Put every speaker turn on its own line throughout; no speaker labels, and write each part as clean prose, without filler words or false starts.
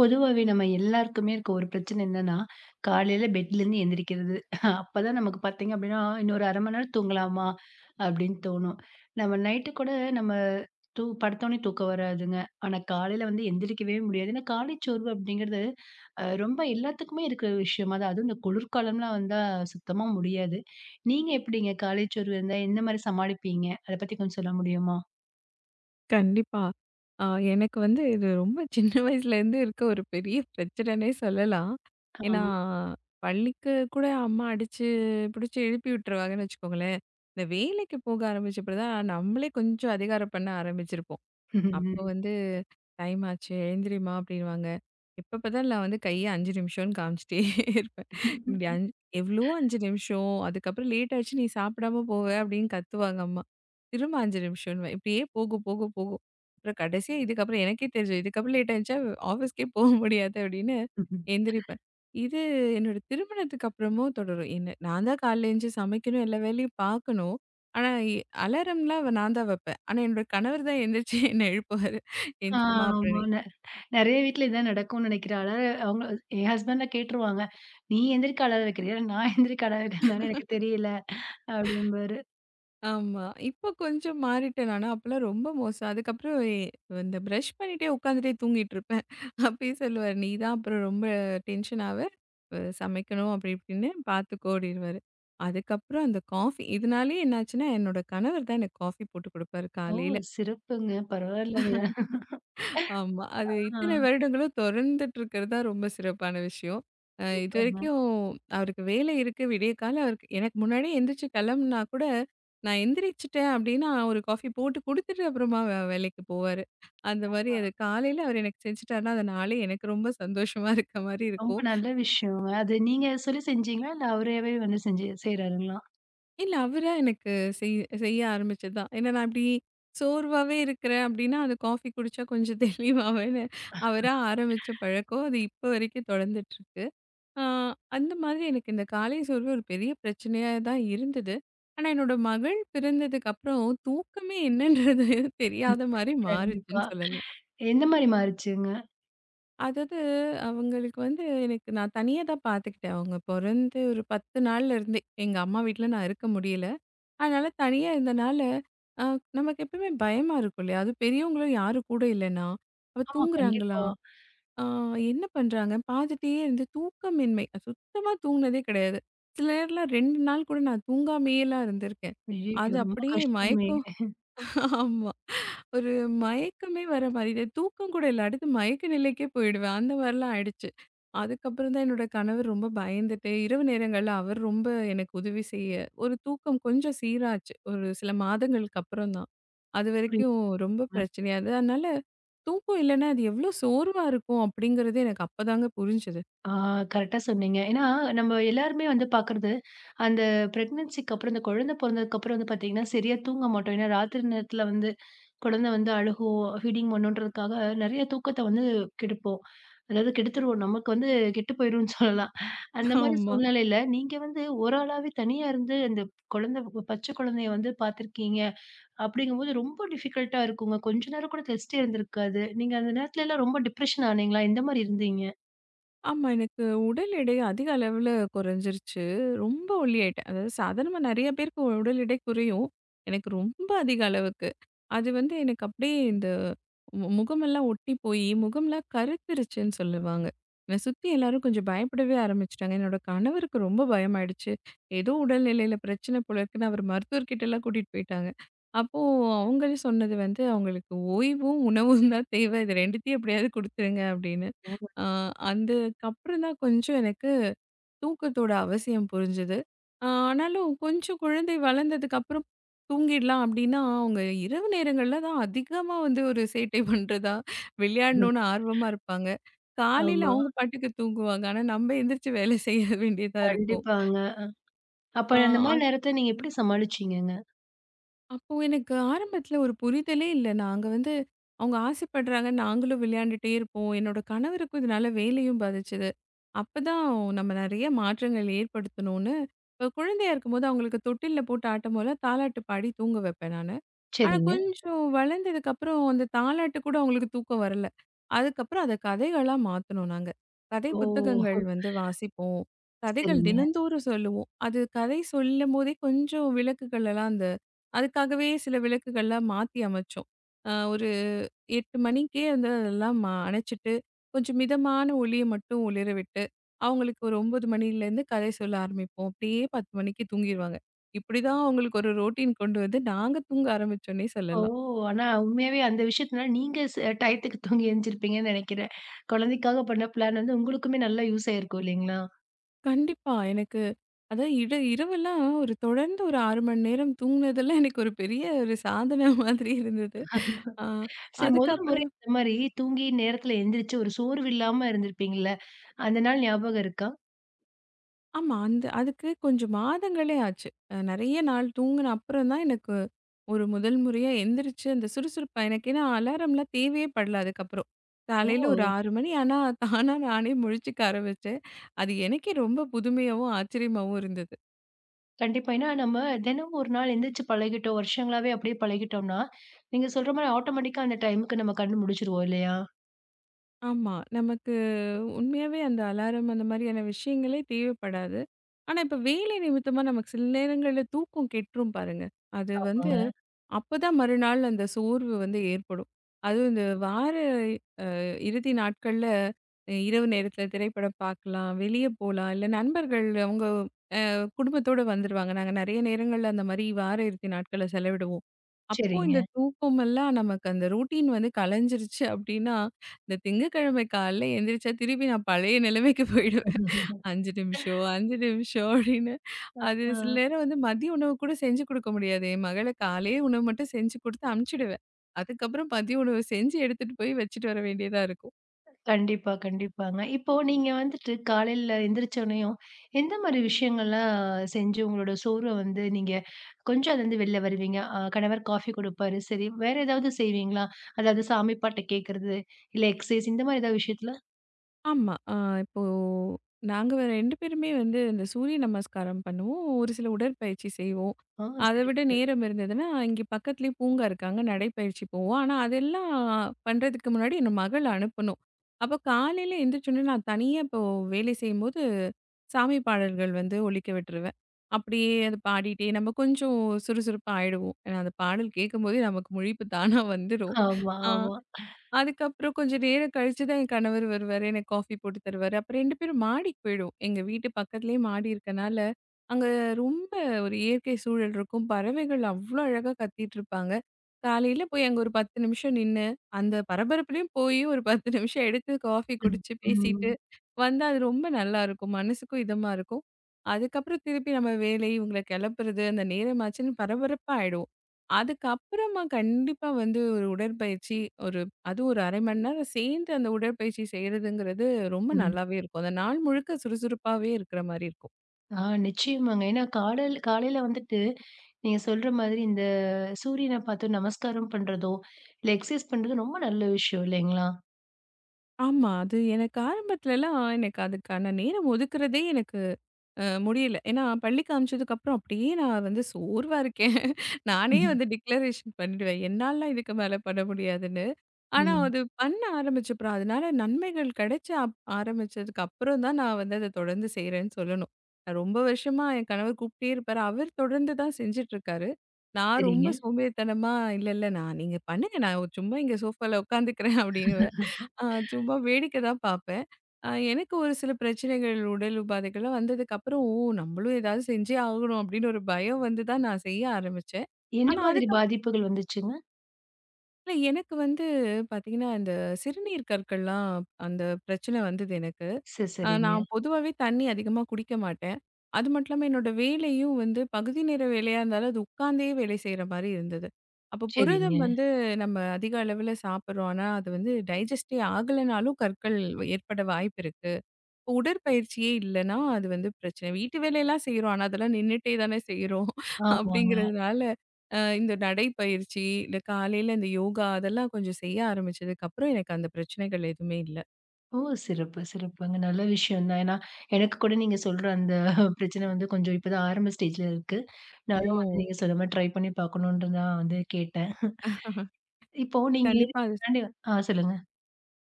பொதுவாவே நம்ம எல்லாருக்குமே இருக்க ஒரு பிரச்சனை என்னன்னா, காலையில பெட்லேருந்து எந்திரிக்கிறது. அப்பதான் நமக்கு பார்த்தீங்க அப்படின்னா, இன்னொரு 1/2 மணி நேரம் தூங்கலாமா? அப்படின்னு தோணும். நம்ம நைட்டு கூட நம்ம படுத்தோனே தூக்கம் வராதுங்க. ஆனா காலையில வந்து எந்திரிக்கவே முடியாது. ஏன்னா காலை சோர்வு அப்படிங்கிறது ரொம்ப எல்லாத்துக்குமே இருக்கிற விஷயமா தான். அதுவும் இந்த குளிர்காலம்லாம் வந்தா சுத்தமா முடியாது. நீங்க எப்படிங்க காலை சோர்வு இருந்தா எந்த மாரி சமாளிப்பீங்க? அத பத்தி கொஞ்சம் சொல்ல முடியுமா?
கண்டிப்பா. ஆ எனக்கு வந்து இது ரொம்ப சின்ன வயசுலேருந்து இருக்க ஒரு பெரிய பிரச்சனைன்னே சொல்லலாம். ஏன்னா,
ஆ.
பள்ளிக்கு கூட அம்மா அடிச்சு பிடிச்சு எழுப்பி விட்டுருவாங்கன்னு வச்சுக்கோங்களேன். இந்த வேலைக்கு போக ஆரம்பிச்சப்ப தான் நம்மளே கொஞ்சம் அதிகாரம் பண்ண ஆரம்பிச்சிருப்போம். அப்போ வந்து டைம் ஆச்சு எழுந்திரிம்மா அப்படின்வாங்க. எப்ப பார்த்தாலும் நான் வந்து கைய 5 நிமிஷம்னு காமிச்சுட்டே இருப்பேன். இப்படி அஞ் எவ்வளோ 5 நிமிஷம். அதுக்கப்புறம் லேட் ஆச்சு நீ சாப்பிடாம போவ அப்படின்னு கத்துவாங்க அம்மா. திரும்ப 5 நிமிஷம்ன்னுவேன். இப்படியே போகும், போகும், போகும். அப்புறம் கடைசியா இதுக்கப்புறம் எனக்கே தெரிஞ்சது. இதுக்கப்புறம் லேட் ஆயிருச்சா ஆஃபீஸ்க்கே போக முடியாது அப்படின்னு எந்திரிப்பேன். இது என்னோட திருமணத்துக்கு அப்புறமும் தொடரும். என்ன நான் தான் காலையில எஞ்சு சமைக்கணும், எல்லா வேலையும் பார்க்கணும். ஆனா, அலாரம்லாம் நான் தான் வைப்பேன். ஆனா, என்னோட கணவர் தான் எந்திரிச்சு என்ன எழுப்புவாரு. எந்திரிம்மா அப்புறம்
ஆமா.
நீ
நெறைய வீட்ல இதான் நடக்கும்னு நெனைக்கிறேன். அலார அவங்க என் ஹஸ்பண்ட்லாம் கேட்டுருவாங்க. "நீ எந்திரிக்க அலாரம் வைக்கிறியா? நான் எந்திரிக்க அலாரம் வைக்கிறனான்னு எனக்கு தெரியல." அப்படிம்பாரு.
ஆமா. இப்போ கொஞ்சம் மாறிட்டேன் நானு. அப்பலாம் ரொம்ப மோசம். அதுக்கப்புறம் இந்த பிரஷ் பண்ணிட்டே உட்காந்துட்டே தூங்கிட்டு இருப்பேன். அப்பயே சொல்லுவாரு, "நீ தான் அப்புறம் ரொம்ப டென்ஷன் ஆவ. சமைக்கணும் அப்படி இப்படின்னு பார்த்துக்கோ" அப்படின்னுவாரு. அதுக்கப்புறம் அந்த காஃபி இதனாலேயே என்னாச்சுன்னா, என்னோட கணவர் தான் எனக்கு காஃபி போட்டு குடுப்பாரு
ஓ!
காலையில.
சிறப்புங்க. பரவாயில்லங்க.
ஆமா.
ஆ,
அது இத்தனை வருடங்களும் தொடர்ந்துட்டு இருக்கிறது தான் ரொம்ப சிறப்பான விஷயம்.
சூப்பருங்க.
இதுவரைக்கும் அவருக்கு வேலை இருக்கு விடியற்கால அவருக்கு எனக்கு முன்னாடியே எந்திரிச்சு கிளம்புனா கூட, நான் எந்திரிச்சுட்டேன் அப்டின்னா, ஒரு காஃபி போட்டு குடுத்துட்டு அப்புறமா வேலைக்கு போவாரு. அந்த மாரி அது காலையில அவர் எனக்கு செஞ்சுட்டாருன்னா, அது நாளே எனக்கு ரொம்ப சந்தோஷமா இருக்க மாரி
ரொம்ப
இருக்கும்.
நல்ல விஷயங்க. அது நீங்க சொல்லி செஞ்சீங்களா? இல்ல அவராவே வந்து செஞ்சு செய்றாருங்களா?
இல்ல அவரா எனக்கு செய் செய்ய ஆரம்பிச்சது தான். ஏன்னா நான் இப்டி சோர்வாவே இருக்கிறேன் அப்டின்னா, அந்த காஃபி குடிச்சா கொஞ்சம் தெளிவாவேன்னு அவரா ஆரம்பிச்ச பழக்கம் அது இப்ப வரைக்கும் தொடர்ந்துட்டுருக்கு. ஆ, அந்த மாதிரி எனக்கு இந்த காலை சோர்வு ஒரு பெரிய பிரச்சனையா தான் இருந்தது. ஆனா, என்னோட மகள் பிறந்ததுக்கு அப்புறம் தூக்கமே என்னன்றது
ம்.
தெரியாத மாரி மாறுச்சுன்னு
கண்டிப்பா.
சொல்லலாம்.
எந்த மாரி மாறுச்சுங்க?
அதாவது அவங்களுக்கு வந்து எனக்கு நான் தனியா தான் பார்த்துக்கிட்டேன். அவங்க பொறந்து ஒரு 10 நாள்ல இருந்தே எங்க அம்மா வீட்ல நான் இருக்க முடியல. அதனால தனியா இருந்தனால, அ நமக்கு எப்பவுமே பயமா இருக்கும் இல்லையா? அது பெரியவங்களும் யாரும் கூட இல்லன்னா, "அவ
ஆமா,
தூங்குறாங்களா?
கண்டிப்பா.
ஆ என்ன பண்றாங்க, பாத்துட்டே இருந்து தூக்கமின்மை. அது சுத்தமா தூங்குனதே கிடையாது. சில நேரம்லாம் 2 நாள் கூட நான் தூங்காமயேலாம் இருந்திருக்கேன்.
ஐயய்யோ!
அது
ரொம்ப
அப்படியே
கஷ்டமே.
மயக்கம் ஆமா. ஒரு மயக்கமே வர மாரி. இது தூக்கம் கூட இல்ல. அடுத்து மயக்க நிலைக்கே போயிடுவேன். அந்த மாரிலாம் ஆயிடுச்சு. அதுக்கப்புறம் தான் என்னோட கணவர் ரொம்ப பயந்துட்டு, இரவு நேரங்கள்ல அவர் ரொம்ப எனக்கு உதவி செய்ய ஒரு தூக்கம் கொஞ்சம் சீராச்சு. ஒரு சில மாதங்களுக்கு அப்புறம் தான்.
புரியுதுங்க.
அதுவரைக்கும் ரொம்ப பிரச்சனையா இருந்தது. அதனால தூக்கம் இல்லன்னா, அது எவ்ளோ சோர்வா இருக்கும் அப்படிங்கிறது எனக்கு அப்பதாங்க புரிஞ்சது.
ஆ, கரெக்ட்டா சொன்னீங்க. ஏன்னா, நம்ம எல்லாருமே வந்து பார்க்குறது, அந்த பிரெக்னன்சிக்கு அப்புறம், இந்த குழந்தை பொறந்ததுக்கப்புறம் வந்து பார்த்தீங்கன்னா, சரியா தூங்க மாட்டோம். ஏன்னா, ராத்திரி நேரத்தில வந்து குழந்தை வந்து அழுகும், ஃபீடிங் பண்ணணுன்றதுக்காக நெறைய தூக்கத்த வந்து கெடுப்போம். அதாவது கெடுத்துருவோம். நமக்கு வந்து கெட்டு போயிரும்னு சொல்லலாம். அந்த மாரி
ஆமா.
சூழ்நிலையில, நீங்க வந்து ஒரு ஆளாவே தனியா இருந்து, அந்த குழந்தை பச்சை குழந்தைய வந்து பார்த்துருக்கீங்க. அப்படிங்கும்போது ரொம்ப டிஃபிகல்ட்டா இருக்குங்க. கொஞ்ச நேரம் கூட ரெஸ்ட்டே இருந்திருக்காது. நீங்க அந்த நேரத்துலலாம் ரொம்ப டிப்ரஷன் ஆனீங்களா? எந்த மாரி இருந்தீங்க?
ஆமா. எனக்கு உடல் எடை அதிக அளவுல குறைஞ்சிருச்சு. ரொம்ப ஒல்லியாயிட்டேன். அதாவது சாதாரணமா நெறைய பேருக்கு உடல் எடை குறையும். எனக்கு ரொம்ப அதிக அளவுக்கு. அது வந்து எனக்கு அப்படியே இந்த முகமெல்லாம் ஒட்டி போயி, முகம்லாம் கருத்துருச்சுன்னு சொல்லுவாங்க. என்னை சுத்தி எல்லாரும் கொஞ்சம் பயப்படவே ஆரம்பிச்சுட்டாங்க. என்னோட கணவருக்கு ரொம்ப பயமாயிடுச்சு. ஏதோ உடல்நிலையில பிரச்சனை போல இருக்குன்னு அவர் மருத்துவர்கிட்டலாம் கூட்டிட்டு போயிட்டாங்க. அப்போ அவங்களே சொன்னது வந்து, "அவங்களுக்கு ஓய்வும், உணவும் தான் தேவை. இது 2த்தையும் எப்படியாவது குடுத்துருங்க" அப்படின்னு. ஆ அதுக்கப்புறம் தான் கொஞ்சம் எனக்கு தூக்கத்தோட அவசியம் புரிஞ்சுது. ஆனாலும் கொஞ்சம் குழந்தை வளர்ந்ததுக்கப்புறம் தூங்கிடலாம் அப்படின்னா, அவங்க இரவு நேரங்கள்ல தான் அதிகமா வந்து ஒரு சேட்டை பண்றதா, விளையாடணும்னு ஆர்வமா இருப்பாங்க. காலையில
ஆமா,
அவங்க பாட்டுக்கு தூங்குவாங்க. ஆனா நம்ம எந்திரிச்சு வேலை செய்ய வேண்டியதா இருக்கும்.
கண்டிப்பாங்க. அப்ப அந்த
ஆ
மாரி நேரத்த நீங்க எப்படி சமாளிச்சீங்கங்க?
அப்போ எனக்கு ஆரம்பத்துல ஒரு புரிதலே இல்ல. நாங்க வந்து அவங்க ஆசைப்படுறாங்க, நாங்களும் விளையாண்டுட்டே இருப்போம். என்னோட கணவருக்கும் இதனால வேலையும் பாதிச்சது. அப்பதான் நம்ம நெறைய மாற்றங்கள் ஏற்படுத்தணும்னு, இப்ப குழந்தையா இருக்கும்போது அவங்களுக்கு தொட்டில்ல போட்டு ஆட்டும் போதெல்லாம் தாலாட்டு பாடி தூங்க வைப்பேன் நானு. ஆனா,
சரிங்க.
கொஞ்சம் வளர்ந்ததுக்கப்புறம் அந்த தாலாட்டு கூட அவங்களுக்கு தூக்கம் வரல. அதுக்கப்புறம் அத கதைகளா மாத்துனோம் நாங்க. கதை
ஓ!
புத்தகங்கள் வந்து வாசிப்போம். கதைகள்
சரிங்க.
தினந்தோறும் சொல்லுவோம். அது கதை சொல்லும்போதே கொஞ்சம் விளக்குகள் எல்லாம் அந்த அதுக்காகவே சில விளக்குகள்லாம் மாத்தி அமைச்சோம். ஒரு 8 மணிக்கே வந்து அதெல்லாம் அணைச்சிட்டு, கொஞ்சம் மிதமான ஒலிய மட்டும் ஒலிர விட்டு, அவங்களுக்கு ஒரு 9 மணிலேருந்து கதை சொல்ல ஆரம்பிப்போம். அப்படியே 10 மணிக்கு தூங்கிருவாங்க. இப்படிதான் அவங்களுக்கு ஒரு ரோட்டீன் கொண்டு வந்து நாங்க தூங்க ஆரம்பிச்சோன்னே
ஓ!
சொல்லலாம்.
ஆனா உண்மையாவே அந்த விஷயத்தினால நீங்க டயத்துக்கு தூங்கி எந்திரிப்பீங்கன்னு நெனைக்கிறேன். குழந்தைக்காக பண்ண பிளான் வந்து உங்களுக்குமே நல்லா யூஸ் ஆயிருக்கும் இல்லைங்களா?
கண்டிப்பா. எனக்கு அதான் இரவெல்லாம் ஒரு தொடர்ந்து ஒரு 6 மணி நேரம் தூங்குனதெல்லாம் எனக்கு ஒரு பெரிய ஒரு சாதனை மாதிரி இருந்தது. ஆ
சரி, முதல் முறை
அதுக்கப்புறம்
இந்த மாரி தூங்கி நேரத்தில எந்திரிச்சு ஒரு சோர்வு இல்லாம இருந்திருப்பீங்கள்ல, அந்த நாள் ஞாபகம் இருக்கா?
ஆமா. அந்த அதுக்கு கொஞ்சம் மாதங்களே ஆச்சு. நெறைய நாள் தூங்குன அப்புறம் தான் எனக்கு ஒரு முதல் முறையா எந்திரிச்சு அந்த சுறுசுறுப்பா எனக்கு ஏன்னா அலாரம்லாம் தேவையே படல அதுக்கப்புறம்.
ஓ!
காலையில ஒரு 6 மணி ஆனா தானா நானே முழிச்சுக்க ஆரம்பிச்சேன். அது எனக்கே ரொம்ப புதுமையாவும், ஆச்சரியமாவும் இருந்தது.
கண்டிப்பா. ஏன்னா நம்ம தினமும் ஒரு நாள் எந்திரிச்சு பழகிட்டோம். வருஷங்களாவே அப்படியே பழகிட்டோம்னா, நீங்க சொல்ற மாரி ஆட்டோமேட்டிக்கா அந்த டைமுக்கு நம்ம கண்ணு முழிச்சுருவோம் இல்லையா?
ஆமா. நமக்கு உண்மையாவே அந்த அலாரம் அந்த மாதிரியான விஷயங்களே தேவைப்படாது. ஆனா, இப்ப வேலை நிமித்தமா நமக்கு சில நேரங்கள்ல தூக்கம் கெட்டுரும் பாருங்க. அது வந்து
ஆமாங்க.
அப்பதான் மறுநாள் அந்த சோர்வு வந்து ஏற்படும். அதுவும் இந்த வார இறுதி நாட்கள்ல இரவு நேரத்தில திரைப்படம் பார்க்கலாம், வெளிய போலாம், இல்ல நண்பர்கள் அவங்க குடும்பத்தோட வந்துருவாங்க. நாங்க நெறைய நேரங்கள்ல அந்த மாரி வார இறுதி நாட்கள செலவிடுவோம். அப்போ
சரிங்க.
இந்த தூக்கமெல்லாம் நமக்கு அந்த ரொட்டீன் வந்து கலைஞ்சிருச்சு அப்டின்னா, இந்த திங்கட்கிழமை காலைல எந்திரிச்சா திருப்பி நான் பழைய நிலைமைக்கு போயிடுவேன். 5 நிமிஷம், 5 நிமிஷம் அப்டின்னு. அது சில
ஆ.
நேரம் வந்து மதிய உணவு கூட செஞ்சு குடுக்க முடியாது. என் மகள காலையே உணவு மட்டும் செஞ்சு குடுத்து அனுப்பிச்சுடுவேன். அதுக்கப்புறம் மதிய உணவு செஞ்சு எடுத்துட்டு போய் வச்சுட்டு வர வேண்டியதா இருக்கும்.
கண்டிப்பா, கண்டிப்பாங்க. இப்போ நீங்க வந்துட்டு காலையில எந்திரிச்சோனையும், எந்த மாரி விஷயங்கள்லாம் செஞ்சு உங்களோட சோர்வ வந்து நீங்க கொஞ்சம் அதுலருந்து வெளில வருவீங்க? கணவர் காஃபி குடுப்பாரு, சரி. வேற ஏதாவது செய்வீங்களா? அதாவது சாமி பாட்ட கேட்கறது, இல்ல எக்சர்சைஸ் இந்த மாரி ஏதாவது விஷயத்துல?
ஆமா. இப்போ நாங்க 2 பேருமே வந்து இந்த சூரிய நமஸ்காரம் பண்ணுவோம். ஒரு சில உடற்பயிற்சி செய்வோம்.
ஆ,
அத விட
சிறப்பு.
நேரம் இருந்ததுன்னா, இங்க பக்கத்திலேயே பூங்கா இருக்கு. அங்க நடைப்பயிற்சி போவோம். ஆனா, அதெல்லாம் பண்றதுக்கு முன்னாடி என் மகள அனுப்பணும். அப்ப காலையில எந்திரிச்சோனே நான் தனியா இப்போ வேலை செய்யும்போது, சாமி பாடல்கள் வந்து ஒலிக்க விட்டுருவேன். அப்படியே அது பாடிட்டே நம்ம கொஞ்சம் சுறுசுறுப்பா ஆயிடுவோம். ஏன்னா அந்த பாடல் கேட்கும்போதே நமக்கு முழிப்பு தானா வந்துரும்.
ஆமா,
ஆ.
ஆமா.
அதுக்கப்புறம் கொஞ்சம் நேரம் கழிச்சு தான் என் கணவர் வருவாரு. எனக்கு காஃபி போட்டு தருவாரு. அப்ப 2 பேரும் மாடிக்கு போயிடுவோம். எங்க வீட்டு பக்கத்திலேயே மாடி இருக்கனால, அங்க ரொம்ப ஒரு இயற்கை சூழல் இருக்கும். பறவைகள் அவ்ளோ அழகா கத்திட்டு இருப்பாங்க. காலையில போய் அங்க ஒரு 10 நிமிஷம் நின்னு, அந்த பரபரப்புலயும் போய் ஒரு 10 நிமிஷம் எடுத்து காஃபி
ம்,
குடிச்சு பேசிட்டு
ம்,
வந்தா அது ரொம்ப நல்லா இருக்கும். மனசுக்கும் இதமா இருக்கும். அதுக்கப்புறம் திருப்பி நம்ம வேலை, இவங்கள கிளப்புறது, அந்த நேரமாச்சுன்னு பரபரப்பா ஆயிடும். அதுக்கப்புறமா கண்டிப்பா வந்து ஒரு உடற்பயிற்சி ஒரு அது ஒரு 1/2 மணி நேரம் சேர்ந்து அந்த உடற்பயிற்சி செய்றதுங்கிறது ரொம்ப
ம்.
நல்லாவே இருக்கும். அந்த நாள் முழுக்க சுறுசுறுப்பாவே இருக்கிற மாரி இருக்கும்.
ஆ, நிச்சயமாங்க. ஏன்னா காலையில காலையில வந்துட்டு நீங்க சொல்ற மாதிரி இந்த சூரியன பார்த்து நமஸ்காரம் பண்றதோ, இல்ல எக்சர்சைஸ் பண்றது ரொம்ப நல்ல விஷயம் இல்லைங்களா?
ஆமா. அது எனக்கு ஆரம்பத்துலலாம் எனக்கு அதுக்கான நேரம் ஒதுக்குறதே எனக்கு முடியல. ஏன்னா பள்ளிக்கு அனுப்பிச்சதுக்கப்புறம் அப்படியே நான் வந்து சோர்வா இருக்கேன். நானே
ம்ஹ்ம்.
வந்து டிக்ளரேஷன் பண்ணிடுவேன். என்னாலலாம் இதுக்கு மேல பண்ண முடியாதுன்னு. ஆனா,
ம்.
அது பண்ண ஆரம்பிச்சப்புறம், அதனால நன்மைகள் கிடைச்ச ஆரம்பிச்சதுக்கு அப்புறம் தான் நான் வந்து அத தொடர்ந்து செய்றேன்னு சொல்லணும். நான் ரொம்ப வருஷமா என் கணவர் கூப்பிட்டே இருப்பாரு. அவர் தொடர்ந்து தான் செஞ்சுட்டுருக்காரு. நான் ரொம்ப
சரிங்க.
சோம்பேறித்தனமா, "இல்ல, இல்ல நான் நீங்க பண்ணுங்க. நான் சும்மா இங்க சோஃபால உட்காந்துக்கிறேன்" அப்படின்னுவேன். அ சும்மா வேடிக்கை தான் பார்ப்பேன். எனக்கு ஒரு சில பிரச்சனைகள், உடல் உபாதைகள்லாம் வந்ததுக்கப்புறம், "ஓ! நம்மளும் ஏதாவது செஞ்சே ஆகணும்" அப்படின்னு ஒரு பயம் வந்து தான் நான் செய்ய ஆரம்பிச்சேன்.
என்ன
ஆனா,
மாதிரி
அதுக்கு
பாதிப்புகள் வந்துச்சுங்க?
இல்ல எனக்கு வந்து பார்த்தீங்கன்னா, இந்த சிறுநீர் கற்கள்லாம் அந்த பிரச்சனை வந்தது எனக்கு.
சரி, சரிங்க.
நான் பொதுவாவே தண்ணி அதிகமா குடிக்க மாட்டேன். அது மட்டும் இல்லாம என்னோட வேலையும் வந்து பகுதி நேர வேலையா இருந்தாலும், அது உட்காந்தே வேலை செய்ற மாரி இருந்தது. அப்போ புரதம்
சரிங்க.
வந்து நம்ம அதிக அளவில சாப்பிடுறோம். ஆனா, அது வந்து டைஜஸ்டே ஆகலனாலும் கற்கள் ஏற்பட வாய்ப்பு இருக்கு. இப்ப உடற்பயிற்சியே இல்லன்னா, அது வந்து பிரச்சனை. வீட்டு வேலையெல்லாம் செய்றோம். ஆனா, அதெல்லாம் நின்னுட்டே தானே செய்றோம்.
ஆமாங்க.
அப்படிங்கிறதுனால, இந்த நடைப்பயிற்சி, இந்த காலையில இந்த யோகா அதெல்லாம் கொஞ்சம் செய்ய ஆரம்பிச்சதுக்கப்புறம், எனக்கு அந்த பிரச்சனைகள் எதுவுமே இல்ல.
ஓ! சிறப்பு, சிறப்புங்க. நல்ல விஷயம் தான். ஏன்னா, எனக்கு கூட நீங்க சொல்ற அந்த பிரச்சனை வந்து கொஞ்சம் இப்ப தான் ஆரம்ப ஸ்டேஜ்ல இருக்கு. நானும் வந்து
ஓ!
நீங்க சொன்ன மாரி ட்ரை பண்ணி பார்க்கணுன்ட்டு தான் வந்து கேட்டேன். இப்போ நீங்க இத
கண்டிப்பா அது
தாண்டி ஆ, சொல்லுங்க.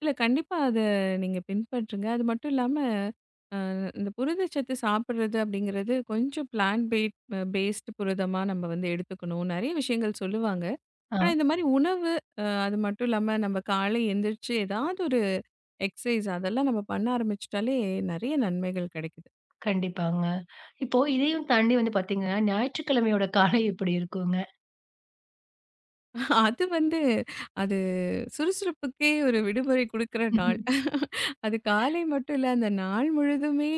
இல்ல கண்டிப்பா அத நீங்க பின்பற்றுங்க. அது மட்டும் இல்லாம, அ இந்த புரதச்சத்து சாப்பிடுறது அப்படிங்கிறது கொஞ்சம் பிளான்ட் பேட் பேஸ்ட் புரதமா நம்ம வந்து எடுத்துக்கணும். நெறைய விஷயங்கள் சொல்லுவாங்க.
ஆ,
ஆனா, இந்த மாரி உணவு, அது மட்டும் இல்லாம நம்ம காலை எந்திரிச்சு ஏதாவது ஒரு எக்ஸர்சைஸ் அதெல்லாம் நம்ம பண்ண ஆரம்பிச்சுட்டாலே நெறைய நன்மைகள் கெடைக்குது.
கண்டிப்பாங்க. இப்போ இதையும் தாண்டி வந்து பார்த்தீங்கன்னா, ஞாயிற்றுக்கிழமையோட காலை எப்படி இருக்குங்க?
அது வந்து அது சுறுசுறுப்புக்கே ஒரு விடுமுறை குடுக்குற நாள். அது காலை மட்டும் இல்ல, அந்த நாள் முழுதுமே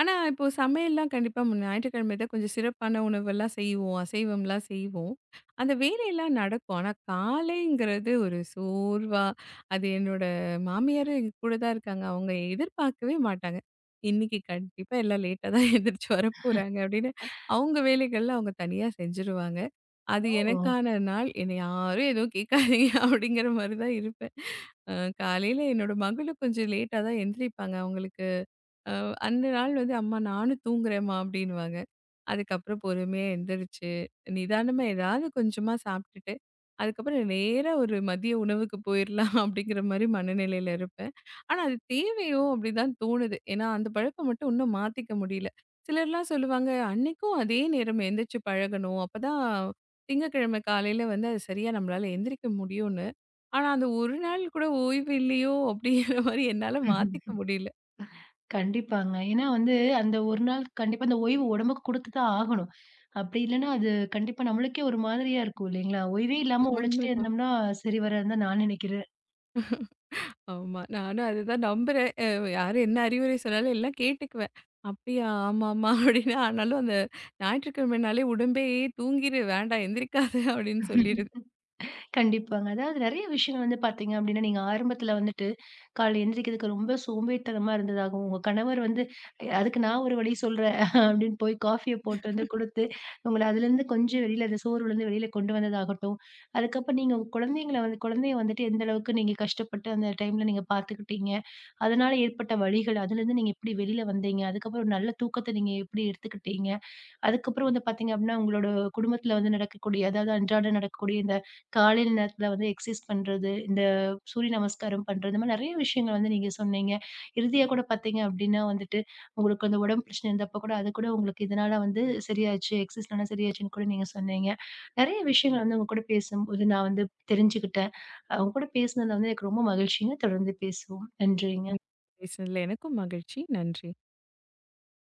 ஆனா இப்போ சமையல்லாம் கண்டிப்பா ஞாயிற்றுக்கிழமை தான் கொஞ்சம் சிறப்பான உணவெல்லாம் செய்வோம். அசைவம்லாம் செய்வோம். அந்த வேலையெல்லாம் நடக்கும். ஆனா காலைங்கிறது ஒரு சோர்வா அது என்னோட மாமியாரு எங்க கூட தான் இருக்காங்க. அவங்க எதிர்பார்க்கவே மாட்டாங்க. "இன்னைக்கு கண்டிப்பா எல்லாம் லேட்டா தான் எந்திரிச்சு வரப்போறாங்க" அப்படின்னு அவங்க வேலைகள்ல அவங்க தனியா செஞ்சுருவாங்க. அது
ஓ!
எனக்கான நாள். என்னை யாரும் எதுவும் கேட்காதீங்க அப்படிங்கிற மாரி தான் இருப்பேன். அ காலையில என்னோட மகளும் கொஞ்சம் லேட்டா தான் எந்திரிப்பாங்க. அவங்களுக்கு அ அந்த நாள் வந்து, "அம்மா நானும் தூங்குறேம்மா" அப்படின்னுவாங்க. அதுக்கப்புறம் பொறுமையா எந்திரிச்சு, நிதானமா ஏதாவது கொஞ்சமா சாப்ட்டுட்டு, அதுக்கப்புறம் நேரா ஒரு மதிய உணவுக்கு போயிரலாம் அப்படிங்கிற மாரி மனநிலையில இருப்பேன். ஆனா அது தேவையோ அப்படிதான் தோணுது. ஏன்னா அந்த பழக்கம் மட்டும் இன்னும் மாத்திக்க முடியல. சிலர்லாம் சொல்லுவாங்க, "அன்னைக்கும் அதே நேரம் எந்திரிச்சு பழகணும். அப்பதான் திங்கட்கிழமை காலையில வந்து அது சரியா நம்மளால எந்திரிக்க முடியும்னு." ஆனா அந்த ஒரு நாள் கூட ஓய்வு இல்லையோ அப்படிங்கிற மாரி என்னால மாத்திக்க முடியல.
கண்டிப்பாங்க. ஏன்னா வந்து, அந்த ஒரு நாள் கண்டிப்பா அந்த ஓய்வு உடம்புக்கு குடுத்து தான் ஆகணும். அப்படி இல்லன்னா, அது கண்டிப்பா நம்மளுக்கே ஒரு மாதிரியா இருக்கும் இல்லைங்களா? ஓய்வே இல்லாம உழைச்சுட்டே
உண்மைதான்.
இருந்தோம்னா, சரி வராதுன்னு தான் நான் நினைக்கிறேன்.
ஆமா. நானும் அதுதான் நம்புறேன். யாரும் என்ன அறிவுரை சொன்னாலும் எல்லாம் கேட்டுக்குவேன். "அப்படியா? ஆமா, ஆமா." அப்படின்னு. ஆனாலும் அந்த ஞாயிற்றுக்கிழமைனாலே உடம்பே "தூங்கிரு, வேண்டாம் எந்திரிக்காத" அப்படின்னு சொல்லிருது.
கண்டிப்பாங்க. அதாவது நெறைய விஷயங்கள் வந்து பார்த்தீங்க அப்டின்னா, நீங்க ஆரம்பத்துல வந்துட்டு காலைல எந்திரிக்கிறதுக்கு ரொம்ப சோம்பேறித்தனமா இருந்ததாகவும், உங்க கணவர் வந்து "ஐ, "அதுக்கு நான் ஒரு வழி சொல்றேன்" அப்டின்னு போய் காஃபிய போட்டு வந்து குடுத்து, உங்கள அதுலருந்து கொஞ்சம் வெளில அந்த சோர்வுலருந்து வெளில கொண்டு வந்ததாகட்டும், அதுக்கப்புறம் நீங்க உங்க குழந்தைங்கள வந்து குழந்தைய வந்துட்டு எந்த அளவுக்கு நீங்க கஷ்டப்பட்டு அந்த டைம்ல நீங்க பார்த்துக்கிட்டீங்க, அதனால ஏற்பட்ட வலிகள், அதுலருந்து நீங்க எப்டி வெளில வந்தீங்க, அதுக்கப்புறம் ஒரு நல்ல தூக்கத்த நீங்க எப்டி எடுத்துக்கிட்டீங்க, அதுக்கப்புறம் வந்து பார்த்தீங்க அப்படின்னா, உங்களோட குடும்பத்தில வந்து நடக்கக்கூடிய, அதாவது அன்றாடம் நடக்கக்கூடிய இந்த காலையில நேரத்தில வந்து எக்ஸர்சைஸ் பண்றது, இந்த சூரிய நமஸ்காரம் பண்றது, இந்த மாதிரி நெறைய விஷயங்கள் வந்து நீங்க சொன்னீங்க. இறுதியா கூட பார்த்தீங்க அப்படின்னா வந்துட்டு, உங்களுக்கு அந்த உடம்பு பிரச்சனை இருந்தப்ப கூட அது கூட உங்களுக்கு இதனால வந்து சரியாச்சு, எக்ஸர்சைஸ்னால சரியாச்சுன்னு கூட நீங்க சொன்னீங்க. நெறைய விஷயங்கள் வந்து உங்க கூட பேசும்போது நான் வந்து தெரிஞ்சுக்கிட்டேன். உங்க கூட பேசினதுல வந்து எனக்கு ரொம்ப மகிழ்ச்சிங்க. தொடர்ந்து பேசுவோம். நன்றிங்க.
உங்க பேசுனதுல எனக்கும் மகிழ்ச்சி. நன்றி.